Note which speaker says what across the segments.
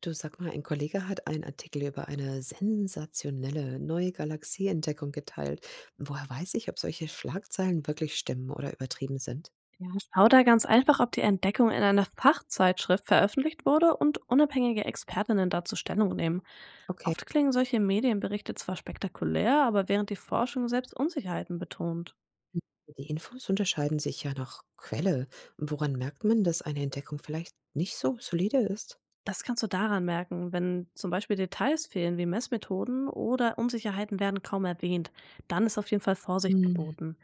Speaker 1: Du, sag mal, ein Kollege hat einen Artikel über eine sensationelle neue Galaxieentdeckung geteilt. Woher weiß ich, ob solche Schlagzeilen wirklich stimmen oder übertrieben sind?
Speaker 2: Ja, schau da ganz einfach, ob die Entdeckung in einer Fachzeitschrift veröffentlicht wurde und unabhängige Expertinnen dazu Stellung nehmen.
Speaker 1: Okay.
Speaker 2: Oft klingen solche Medienberichte zwar spektakulär, aber während die Forschung selbst Unsicherheiten betont.
Speaker 1: Die Infos unterscheiden sich ja nach Quelle. Woran merkt man, dass eine Entdeckung vielleicht nicht so solide ist?
Speaker 2: Das kannst du daran merken, wenn zum Beispiel Details fehlen wie Messmethoden oder Unsicherheiten werden kaum erwähnt, dann ist auf jeden Fall Vorsicht
Speaker 1: Hm.
Speaker 2: geboten.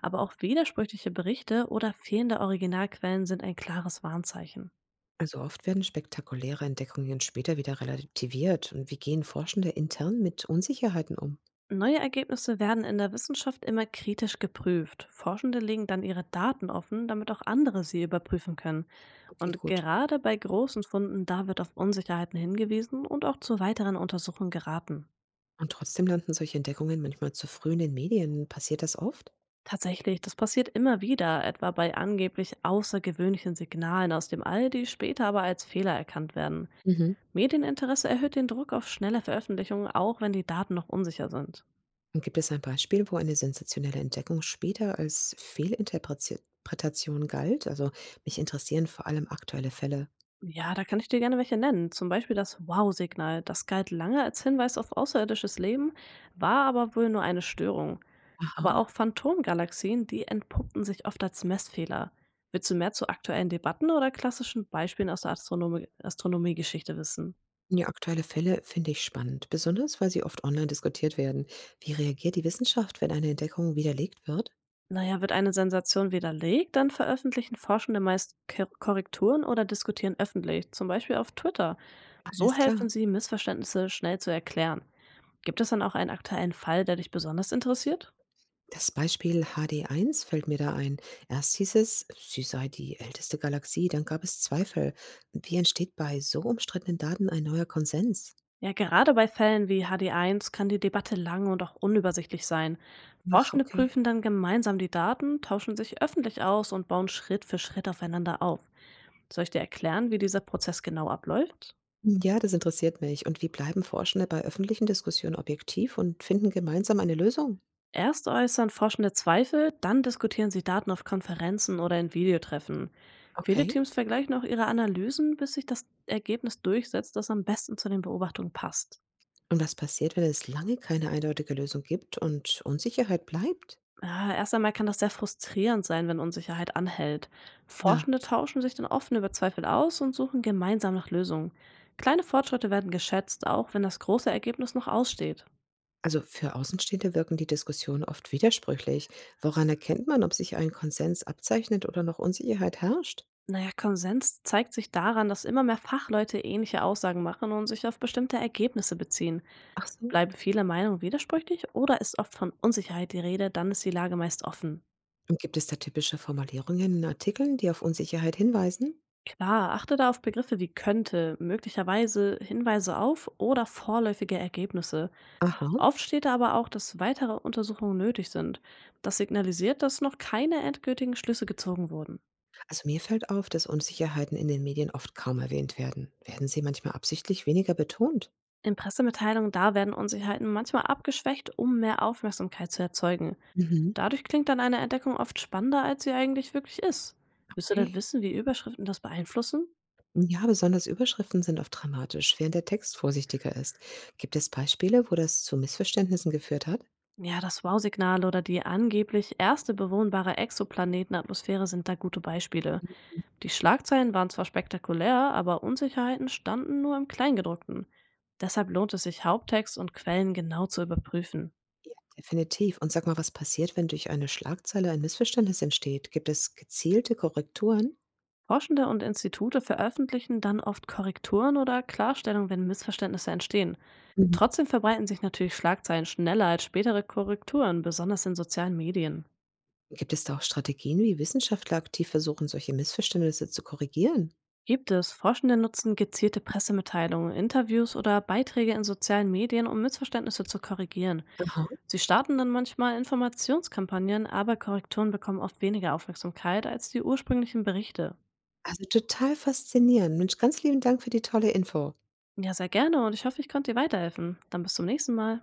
Speaker 2: Aber auch widersprüchliche Berichte oder fehlende Originalquellen sind ein klares Warnzeichen.
Speaker 1: Also oft werden spektakuläre Entdeckungen später wieder relativiert. Und wie gehen Forschende intern mit Unsicherheiten um?
Speaker 2: Neue Ergebnisse werden in der Wissenschaft immer kritisch geprüft. Forschende legen dann ihre Daten offen, damit auch andere sie überprüfen können.
Speaker 1: Okay,
Speaker 2: Und
Speaker 1: gut.
Speaker 2: gerade bei großen Funden, da wird auf Unsicherheiten hingewiesen und auch zu weiteren Untersuchungen geraten.
Speaker 1: Und trotzdem landen solche Entdeckungen manchmal zu früh in den Medien. Passiert das oft?
Speaker 2: Tatsächlich, das passiert immer wieder, etwa bei angeblich außergewöhnlichen Signalen aus dem All, die später aber als Fehler erkannt werden.
Speaker 1: Mhm.
Speaker 2: Medieninteresse erhöht den Druck auf schnelle Veröffentlichungen, auch wenn die Daten noch unsicher sind.
Speaker 1: Und gibt es ein Beispiel, wo eine sensationelle Entdeckung später als Fehlinterpretation galt? Also, mich interessieren vor allem aktuelle Fälle.
Speaker 2: Ja, da kann ich dir gerne welche nennen. Zum Beispiel das Wow-Signal. Das galt lange als Hinweis auf außerirdisches Leben, war aber wohl nur eine Störung. Aber auch
Speaker 1: Aha.
Speaker 2: Phantomgalaxien, die entpuppten sich oft als Messfehler. Willst du mehr zu aktuellen Debatten oder klassischen Beispielen aus der Astronomiegeschichte wissen?
Speaker 1: Ja, aktuelle Fälle finde ich spannend, besonders weil sie oft online diskutiert werden. Wie reagiert die Wissenschaft, wenn eine Entdeckung widerlegt wird?
Speaker 2: Naja, wird eine Sensation widerlegt, dann veröffentlichen Forschende meist Korrekturen oder diskutieren öffentlich, zum Beispiel auf Twitter. So
Speaker 1: Alles
Speaker 2: helfen
Speaker 1: klar.
Speaker 2: sie, Missverständnisse schnell zu erklären. Gibt es dann auch einen aktuellen Fall, der dich besonders interessiert?
Speaker 1: Das Beispiel HD1 fällt mir da ein. Erst hieß es, sie sei die älteste Galaxie, dann gab es Zweifel. Wie entsteht bei so umstrittenen Daten ein neuer Konsens?
Speaker 2: Ja, gerade bei Fällen wie HD1 kann die Debatte lang und auch unübersichtlich sein.
Speaker 1: Ach,
Speaker 2: Forschende
Speaker 1: okay.
Speaker 2: prüfen dann gemeinsam die Daten, tauschen sich öffentlich aus und bauen Schritt für Schritt aufeinander auf. Soll ich dir erklären, wie dieser Prozess genau abläuft?
Speaker 1: Ja, das interessiert mich. Und wie bleiben Forschende bei öffentlichen Diskussionen objektiv und finden gemeinsam eine Lösung?
Speaker 2: Erst äußern Forschende Zweifel, dann diskutieren sie Daten auf Konferenzen oder in Videotreffen. Viele
Speaker 1: Okay.
Speaker 2: Teams vergleichen auch ihre Analysen, bis sich das Ergebnis durchsetzt, das am besten zu den Beobachtungen passt.
Speaker 1: Und was passiert, wenn es lange keine eindeutige Lösung gibt und Unsicherheit bleibt?
Speaker 2: Ja, erst einmal kann das sehr frustrierend sein, wenn Unsicherheit anhält.
Speaker 1: Ja.
Speaker 2: Forschende tauschen sich dann offen über Zweifel aus und suchen gemeinsam nach Lösungen. Kleine Fortschritte werden geschätzt, auch wenn das große Ergebnis noch aussteht.
Speaker 1: Also für Außenstehende wirken die Diskussionen oft widersprüchlich. Woran erkennt man, ob sich ein Konsens abzeichnet oder noch Unsicherheit herrscht?
Speaker 2: Naja, Konsens zeigt sich daran, dass immer mehr Fachleute ähnliche Aussagen machen und sich auf bestimmte Ergebnisse beziehen.
Speaker 1: Ach so.
Speaker 2: Bleiben viele Meinungen widersprüchlich oder ist oft von Unsicherheit die Rede, dann ist die Lage meist offen.
Speaker 1: Und gibt es da typische Formulierungen in Artikeln, die auf Unsicherheit hinweisen?
Speaker 2: Klar, achte da auf Begriffe wie könnte, möglicherweise Hinweise auf oder vorläufige Ergebnisse.
Speaker 1: Aha.
Speaker 2: Oft steht da aber auch, dass weitere Untersuchungen nötig sind. Das signalisiert, dass noch keine endgültigen Schlüsse gezogen wurden.
Speaker 1: Also mir fällt auf, dass Unsicherheiten in den Medien oft kaum erwähnt werden. Werden sie manchmal absichtlich weniger betont?
Speaker 2: In Pressemitteilungen da werden Unsicherheiten manchmal abgeschwächt, um mehr Aufmerksamkeit zu erzeugen.
Speaker 1: Mhm.
Speaker 2: Dadurch klingt dann eine Entdeckung oft spannender, als sie eigentlich wirklich ist. Willst du denn
Speaker 1: Okay.
Speaker 2: wissen, wie Überschriften das beeinflussen?
Speaker 1: Ja, besonders Überschriften sind oft dramatisch, während der Text vorsichtiger ist. Gibt es Beispiele, wo das zu Missverständnissen geführt hat?
Speaker 2: Ja, das Wow-Signal oder die angeblich erste bewohnbare Exoplanetenatmosphäre sind da gute Beispiele. Die Schlagzeilen waren zwar spektakulär, aber Unsicherheiten standen nur im Kleingedruckten. Deshalb lohnt es sich, Haupttext und Quellen genau zu überprüfen.
Speaker 1: Ja. Definitiv. Und sag mal, was passiert, wenn durch eine Schlagzeile ein Missverständnis entsteht? Gibt es gezielte Korrekturen?
Speaker 2: Forschende und Institute veröffentlichen dann oft Korrekturen oder Klarstellungen, wenn Missverständnisse entstehen.
Speaker 1: Mhm.
Speaker 2: Trotzdem verbreiten sich natürlich Schlagzeilen schneller als spätere Korrekturen, besonders in sozialen Medien.
Speaker 1: Gibt es da auch Strategien, wie Wissenschaftler aktiv versuchen, solche Missverständnisse zu korrigieren?
Speaker 2: Gibt es. Forschende nutzen gezielte Pressemitteilungen, Interviews oder Beiträge in sozialen Medien, um Missverständnisse zu korrigieren.
Speaker 1: Aha.
Speaker 2: Sie starten dann manchmal Informationskampagnen, aber Korrekturen bekommen oft weniger Aufmerksamkeit als die ursprünglichen Berichte.
Speaker 1: Also total faszinierend. Mensch, ganz lieben Dank für die tolle Info.
Speaker 2: Ja, sehr gerne und ich hoffe, ich konnte dir weiterhelfen. Dann bis zum nächsten Mal.